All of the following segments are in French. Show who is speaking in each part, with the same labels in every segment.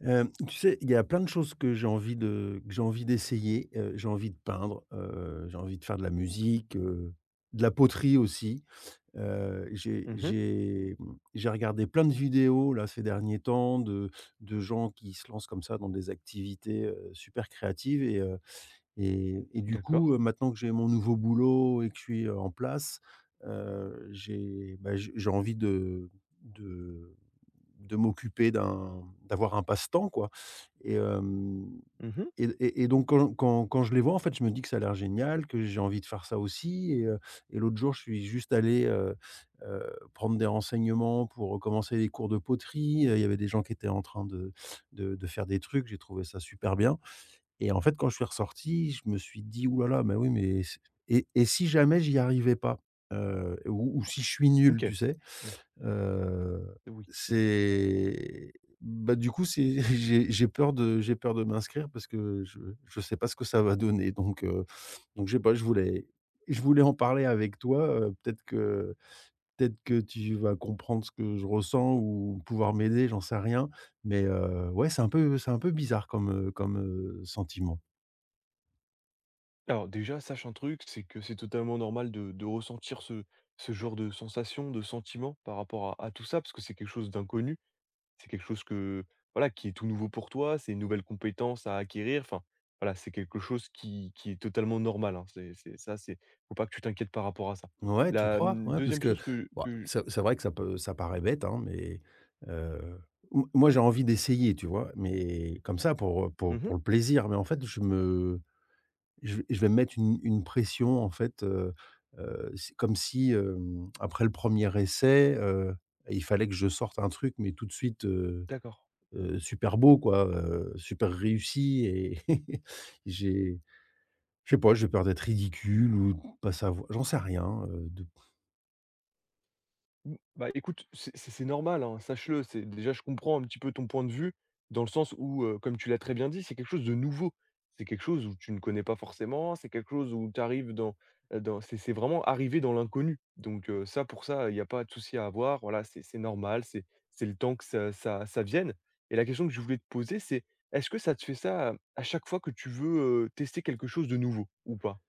Speaker 1: Tu sais, il y a plein de choses que j'ai envie d'essayer, j'ai envie de peindre, j'ai envie de faire de la musique, de la poterie aussi. Heu, j'ai
Speaker 2: Mmh.
Speaker 1: j'ai, mmh, j'ai regardé plein de vidéos là ces derniers temps de gens qui se lancent comme ça dans des activités, super créatives et du
Speaker 2: D'accord.
Speaker 1: coup, maintenant que j'ai mon nouveau boulot et que je suis, en place, j'ai, bah, j'ai envie de de m'occuper d'un d'avoir un passe-temps, quoi. et hem
Speaker 2: Mmh.
Speaker 1: et et et donc quand je les vois, en fait, je me dis que ça a l'air génial, que j'ai envie de faire ça aussi. Et l'autre jour, je suis juste allé, heu, prendre des renseignements pour, commencer les cours de poterie. Il y avait des gens qui étaient en train de faire des trucs. J'ai trouvé ça super bien et en fait, quand je suis ressorti, je me suis dit: «Ouh là là, mais oui, mais c'est et si jamais j'y arrivais pas? Ou si je suis nul»,
Speaker 2: OK.
Speaker 1: tu sais?
Speaker 2: Mmh.
Speaker 1: Heu,
Speaker 2: Oui. Mmh.
Speaker 1: c'est bah, du coup, c'est j'ai peur de m'inscrire parce que je sais pas ce que ça va donner. Donc je sais pas, je voulais en parler avec toi. Peut-être que tu vas comprendre ce que je ressens ou pouvoir m'aider, j'en sais rien. Mais ouais, c'est un peu bizarre comme, sentiment.
Speaker 2: Alors déjà, sache un truc, c'est que c'est totalement normal de ressentir ce genre de sensation, de sentiment par rapport à tout ça, parce que c'est quelque chose d'inconnu. C'est quelque chose que, voilà, qui est tout nouveau pour toi, c'est une nouvelle compétence à acquérir. Enfin, voilà, c'est quelque chose qui est totalement normal, hein. C'est ça, c'est faut pas que tu t'inquiètes par rapport à ça.
Speaker 1: Ouais, tu
Speaker 2: La,
Speaker 1: crois? Ouais, parce
Speaker 2: 2e
Speaker 1: que
Speaker 2: chose que
Speaker 1: bah,
Speaker 2: que
Speaker 1: c'est vrai que ça paraît bête, hein, mais heu, m moi, j'ai envie d'essayer, tu vois? Mais comme ça, pour
Speaker 2: mmh.
Speaker 1: le plaisir. Mais en fait, je vais me mettre une pression, en fait. C'est comme si, après le premier essai, il fallait que je sorte un truc, mais tout de suite,
Speaker 2: D'accord.
Speaker 1: super beau, quoi, super réussi. Et j'ai je sais pas, j'ai peur d'être ridicule ou de pas savoir, j'en sais rien, de.
Speaker 2: Mmh, bah, écoute, c'est normal, hein, sache-le. C'est déjà, je comprends un petit peu ton point de vue, dans le sens où, comme tu l'as très bien dit, c'est quelque chose de nouveau. C'est quelque chose où tu ne connais pas forcément, c'est quelque chose où tu arrives dans, dans c'est vraiment arriver dans l'inconnu. Donc, ça, pour ça, il n'y a pas de souci à avoir. Voilà, c'est normal, c'est le temps que ça vienne. Et la question que je voulais te poser, c'est, est-ce que ça te fait ça, à chaque fois que tu veux, tester quelque chose de nouveau ou pas?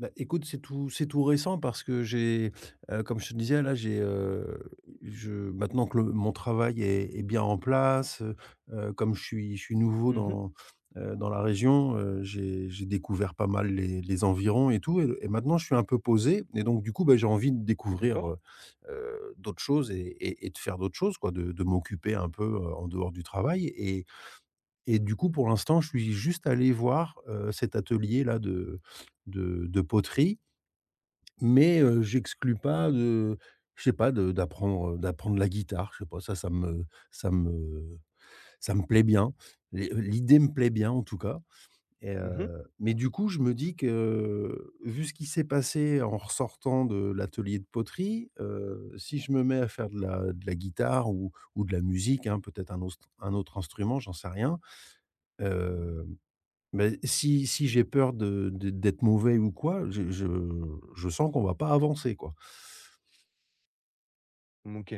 Speaker 1: Bah, écoute, c'est tout récent parce que j'ai, comme je te disais là, j'ai, je maintenant que le mon travail est bien en place. Comme je suis nouveau
Speaker 2: Mmh.
Speaker 1: dans la région, j'ai découvert pas mal les environs et tout et maintenant je suis un peu posé et donc du coup, bah, j'ai envie de découvrir,
Speaker 2: D'accord.
Speaker 1: d'autres choses et de faire d'autres choses quoi, de m'occuper un peu, en dehors du travail. Et du coup, pour l'instant, je suis juste allé voir, cet atelier là de poterie. Mais j'exclus pas de je sais pas, d'apprendre la guitare, je sais pas, ça me ça me plaît bien. Les l'idée me plaît bien en tout cas. et
Speaker 2: Mmh.
Speaker 1: heu, mais du coup, je me dis que, vu ce qui s'est passé en ressortant de l'atelier de poterie, si je me mets à faire de la guitare ou de la musique, hein, peut-être un autre instrument, j'en sais rien. Heu, beh, si j'ai peur de d'être mauvais ou quoi, je sens qu'on va pas avancer, quoi.
Speaker 2: Mmh, OK.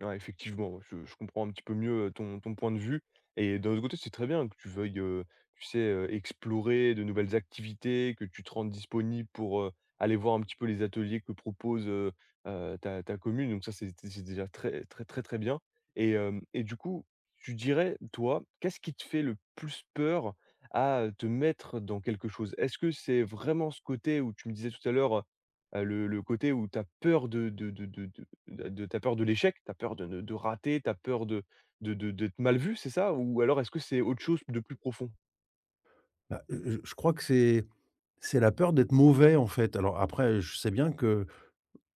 Speaker 2: Ouais, effectivement, ouais, je comprends un petit peu mieux, ton point de vue et d'un autre côté, c'est très bien que tu veuilles, tu sais, explorer de nouvelles activités, que tu te rendes disponible pour, aller voir un petit peu les ateliers que propose, ta commune donc ça, c'est déjà très très très très bien et hem et du coup, tu dirais, toi, qu'est-ce qui te fait le plus peur à, te mettre dans quelque chose? Est-ce que c'est vraiment ce côté où tu me disais tout à l'heure, le côté où tu as peur de tu peur de l'échec? T'as peur de ne de rater? T'as peur de d'être mal vu, c'est ça? Ou alors est-ce que c'est autre chose de plus profond?
Speaker 1: Bah, je crois que c'est la peur d'être mauvais, en fait. Alors après, je sais bien que,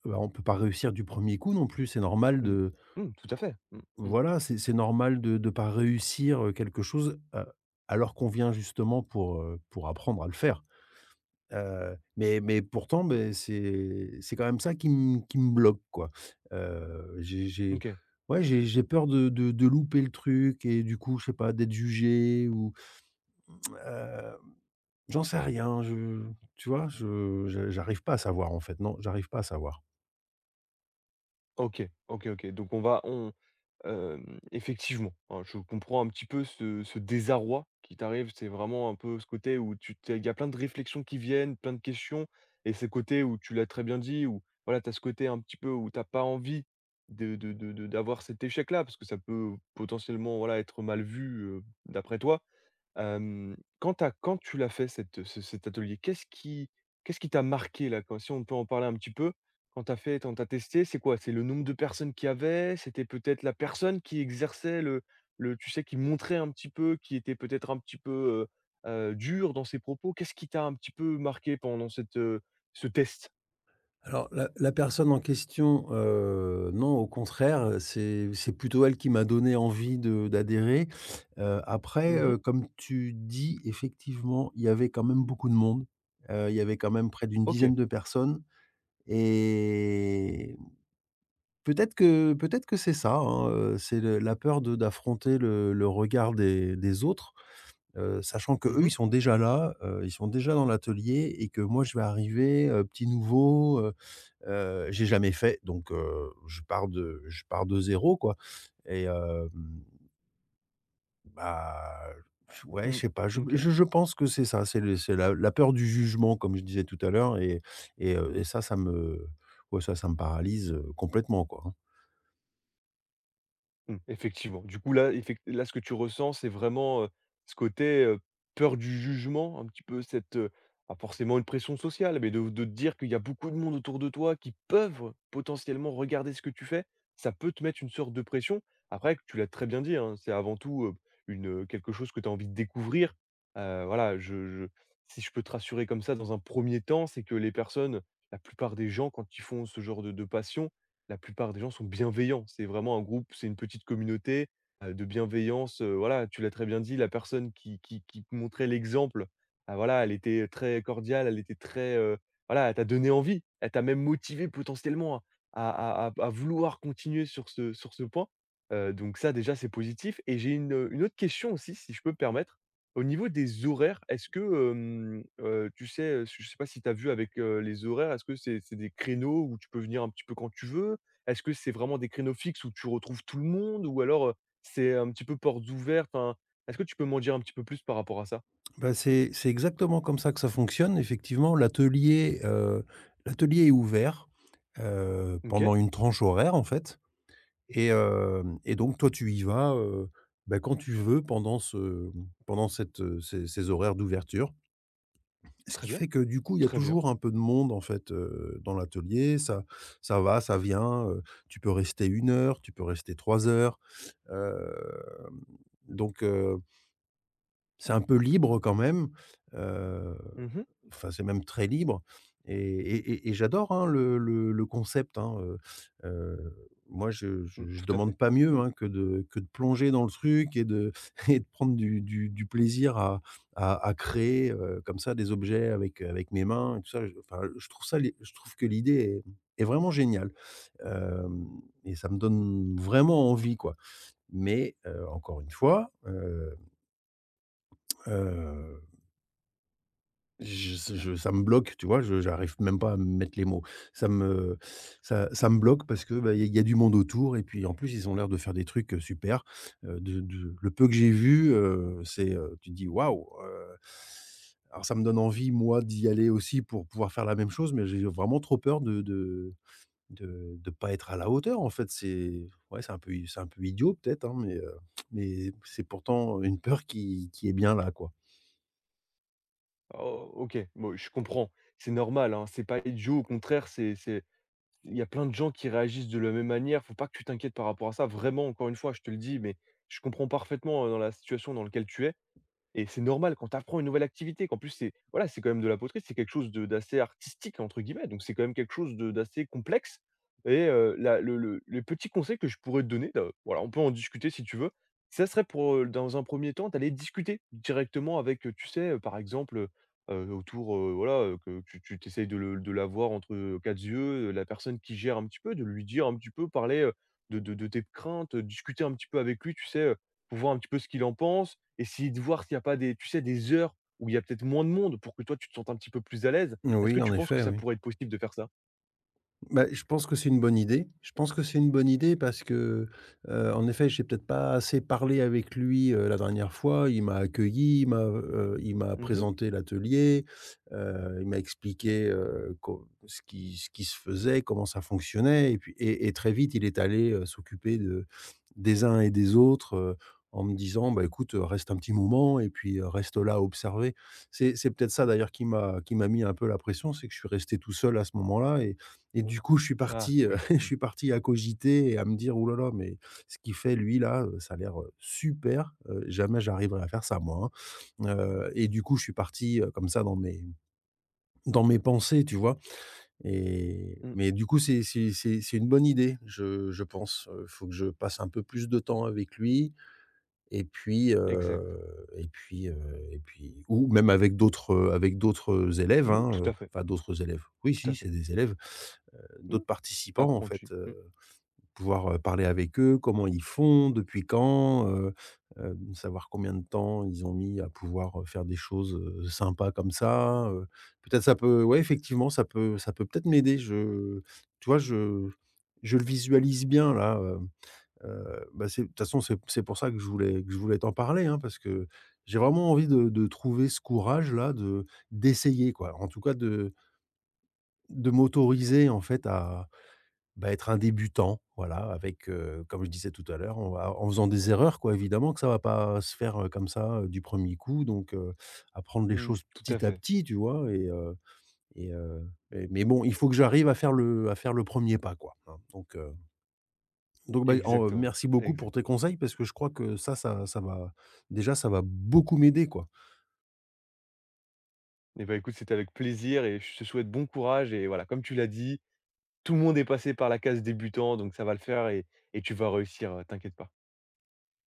Speaker 1: bah, on peut pas réussir du premier coup non plus. C'est normal
Speaker 2: Mmh.
Speaker 1: de
Speaker 2: Mmh, tout à fait. Mmh, mmh.
Speaker 1: Voilà, c'est normal de pas réussir, quelque chose, alors qu'on vient justement pour apprendre à le faire. Mais pourtant, beh, c'est quand même ça qui me bloque, quoi. J'ai
Speaker 2: OK.
Speaker 1: Ouais, j'ai peur de louper le truc et du coup, je sais pas, d'être jugé ou, heu J'en sais rien, je tu vois? Je J'arrive pas à savoir, en fait. Non, j'arrive pas à savoir.
Speaker 2: OK, OK. Donc on va on effectivement, hein, je comprends un petit peu ce désarroi qui t'arrive. C'est vraiment un peu ce côté où tu t'es il y a plein de réflexions qui viennent, plein de questions et ce côté où tu l'as très bien dit, où voilà, tu as ce côté un petit peu où tu as pas envie de d'avoir cet échec-là, parce que ça peut potentiellement, voilà, être mal vu, d'après toi. Quand tu as quand tu l'as fait cette ce cet atelier, qu'est-ce qui t'a marqué là, quand si on peut en parler un petit peu? Quand tu as fait quand tu as testé, c'est quoi? C'est le nombre de personnes qu'il y avait? C'était peut-être la personne qui exerçait le tu sais, qui montrait un petit peu, qui était peut-être un petit peu, dure dans ses propos? Qu'est-ce qui t'a un petit peu marqué pendant cette, ce test?
Speaker 1: Alors la personne en question, non, au contraire, c'est plutôt elle qui m'a donné envie de d'adhérer. Après,
Speaker 2: Mmh.
Speaker 1: comme tu dis, effectivement, il y avait quand même beaucoup de monde. Il y avait quand même près d'une
Speaker 2: OK.
Speaker 1: dizaine de personnes. Et peut-être que c'est ça, hein, c'est le la peur de d'affronter le regard des autres. Sachant que
Speaker 2: Mmh
Speaker 1: eux
Speaker 2: mh.
Speaker 1: ils sont déjà là, ils sont déjà dans l'atelier et que moi, je vais arriver, petit nouveau. J'ai jamais fait, donc je pars de zéro quoi. et hem, Bah, ouais, je
Speaker 2: Mmh.
Speaker 1: sais pas,
Speaker 2: OK.
Speaker 1: je pense que c'est ça, c'est le c'est la la peur du jugement comme je disais tout à l'heure. Et ça, ça me ouais, ça me paralyse, complètement quoi, hein.
Speaker 2: Mmh, effectivement. Du coup, là, effect là, ce que tu ressens, c'est vraiment, ce côté, peur du jugement, un petit peu cette, pas forcément une pression sociale, mais de te dire qu'il y a beaucoup de monde autour de toi qui peuvent potentiellement regarder ce que tu fais. Ça peut te mettre une sorte de pression. Après, tu l'as très bien dit, hein, c'est avant tout, une, quelque chose que tu as envie de découvrir. Voilà, je si je peux te rassurer comme ça dans un premier temps, c'est que les personnes, la plupart des gens, quand ils font ce genre de passion, la plupart des gens sont bienveillants. C'est vraiment un groupe, c'est une petite communauté, de bienveillance, voilà, tu l'as très bien dit, la personne qui te montrait l'exemple, ah voilà, elle était très cordiale, elle était très, voilà, elle t'a donné envie. Elle t'a même motivé potentiellement à vouloir continuer sur ce point, donc ça déjà c'est positif et j'ai une autre question aussi si je peux me permettre. Au niveau des horaires, est-ce que, tu sais, je sais pas si tu as vu avec, les horaires, est-ce que c'est des créneaux où tu peux venir un petit peu quand tu veux? Est-ce que c'est vraiment des créneaux fixes où tu retrouves tout le monde ou alors, c'est un petit peu portes ouvertes? Enfin, est-ce que tu peux m'en dire un petit peu plus par rapport à ça?
Speaker 1: Bah, c'est exactement comme ça que ça fonctionne. Effectivement, l'atelier est ouvert,
Speaker 2: OK,
Speaker 1: pendant une tranche horaire, en fait. Et donc toi, tu y vas, bah, quand tu veux pendant ce pendant cette, ces horaires d'ouverture. Ce
Speaker 2: très
Speaker 1: qui
Speaker 2: bien,
Speaker 1: fait que, du coup, il y a
Speaker 2: très bien.
Speaker 1: toujours un peu de monde, en fait, dans l'atelier. Ça va, ça vient, tu peux rester 1 heure, tu peux rester 3 heures. Hem, donc C'est un peu libre quand même, heu,
Speaker 2: Mmh mh.
Speaker 1: enfin, c'est même très libre. Et j'adore, hein, le concept, hein. Moi
Speaker 2: Mmh,
Speaker 1: je
Speaker 2: tout à fait.
Speaker 1: demande pas mieux,
Speaker 2: Mmh.
Speaker 1: hein, que de plonger dans le truc et de et de prendre du plaisir à créer, comme ça des objets avec, avec mes mains et tout ça. Je Enfin, je trouve que l'idée est vraiment géniale. Hem Et ça me donne vraiment envie, quoi. Mais encore une fois. Heu Je s je Ça me bloque, tu vois? Je J'arrive même pas à mettre les mots. Ça me Ça me bloque parce que, bah, il y a du monde autour et puis, en plus, ils ont l'air de faire des trucs, super. De le peu que j'ai vu, tu te dis: «Waouh!» Alors ça me donne envie, moi, d'y aller aussi pour pouvoir faire la même chose. Mais j'ai vraiment trop peur de pas être à la hauteur, en fait. C'est Ouais, c'est un peu idiot peut-être, hein, mais c'est pourtant une peur qui est bien là, quoi.
Speaker 2: Oh, OK, bon, je comprends. C'est normal, hein, c'est pas idiot, au contraire, c'est il y a plein de gens qui réagissent de la même manière. Faut pas que tu t'inquiètes par rapport à ça. Vraiment, encore une fois, je te le dis, mais je comprends parfaitement, dans la situation dans laquelle tu es. Et c'est normal quand tu apprends une nouvelle activité, qu'en plus c'est voilà, c'est quand même de la poterie, c'est quelque chose de d'assez «artistique» entre guillemets, donc c'est quand même quelque chose de d'assez complexe et la le petit conseil que je pourrais te donner, voilà, on peut en discuter si tu veux, ça serait pour, dans un premier temps, d'aller discuter directement avec, tu sais, par exemple, autour, voilà, que tu de le de la voir entre, 4 yeux, la personne qui gère un petit peu, de lui dire un petit peu, parler, de tes craintes, discuter un petit peu avec lui, tu sais, pour voir un petit peu ce qu'il en pense, essayer de voir s'il n'y a pas des tu sais, des heures où il y a peut-être moins de monde pour que toi tu te sentes un petit peu plus à l'aise. Est-ce que
Speaker 1: Oui, en
Speaker 2: tu penses que
Speaker 1: effet,
Speaker 2: ça
Speaker 1: oui.
Speaker 2: pourrait être possible de faire ça?
Speaker 1: Bah, je pense que c'est une bonne idée. Je pense que c'est une bonne idée parce que, en effet, j'ai peut-être pas assez parlé avec lui, la dernière fois. Il m'a accueilli, il m'a
Speaker 2: Mmh.
Speaker 1: présenté l'atelier, il m'a expliqué, co ce qui se faisait, comment ça fonctionnait. Et puis très vite, il est allé, s'occuper de des uns et des autres, en me disant: «Bah, écoute, reste un petit moment et puis, reste là à observer». C'est peut-être ça d'ailleurs qui m'a mis un peu la pression, c'est que je suis resté tout seul à ce moment-là. Et du coup, je suis
Speaker 2: Ah
Speaker 1: parti,
Speaker 2: oui,
Speaker 1: je
Speaker 2: mmh,
Speaker 1: suis parti à cogiter et à me dire: «Ouh là là, mais ce qu'il fait lui là, ça a l'air, super, jamais j'arriverai à faire ça moi, hein». Et du coup, je suis parti, comme ça dans mes pensées, tu vois?
Speaker 2: mmh,
Speaker 1: Mais du coup, c'est une bonne idée, je pense, il faut que je passe un peu plus de temps avec lui. Et puis,
Speaker 2: exact.
Speaker 1: et puis ou même avec d'autres, élèves,
Speaker 2: Mmh,
Speaker 1: hein,
Speaker 2: tout à fait,
Speaker 1: enfin d'autres élèves. Oui,
Speaker 2: tout à
Speaker 1: si, c'est
Speaker 2: fait.
Speaker 1: des élèves,
Speaker 2: Mmh,
Speaker 1: d'autres participants, en
Speaker 2: apprenti.
Speaker 1: fait,
Speaker 2: Mmh,
Speaker 1: pouvoir, parler avec eux, comment ils font, depuis quand, savoir combien de temps ils ont mis à pouvoir, faire des choses, sympas comme ça. Peut-être ça peut Ouais, effectivement, ça peut peut-être m'aider. Je Tu vois, je le visualise bien là. Bah, c'est de toute façon, c'est pour ça que je voulais t'en parler, hein, parce que j'ai vraiment envie de trouver ce courage-là de d'essayer, quoi. En tout cas, de m'autoriser, en fait, à, bah, être un débutant, voilà, avec, comme je disais tout à l'heure, on va en faisant des erreurs, quoi. Évidemment que ça va pas se faire, comme ça, du premier coup, donc apprendre les
Speaker 2: mmh,
Speaker 1: choses
Speaker 2: tout à
Speaker 1: petit à
Speaker 2: fait.
Speaker 1: petit, tu vois? Et mais bon, il faut que j'arrive à faire le premier pas, quoi, hein. Donc bah,
Speaker 2: Exactement,
Speaker 1: merci beaucoup pour tes
Speaker 2: exactement.
Speaker 1: conseils parce que je crois que ça va beaucoup m'aider, quoi.
Speaker 2: Et bah, écoute, c'était avec plaisir et je te souhaite bon courage et voilà, comme tu l'as dit, tout le monde est passé par la case débutant donc ça va le faire et tu vas réussir, t'inquiète pas.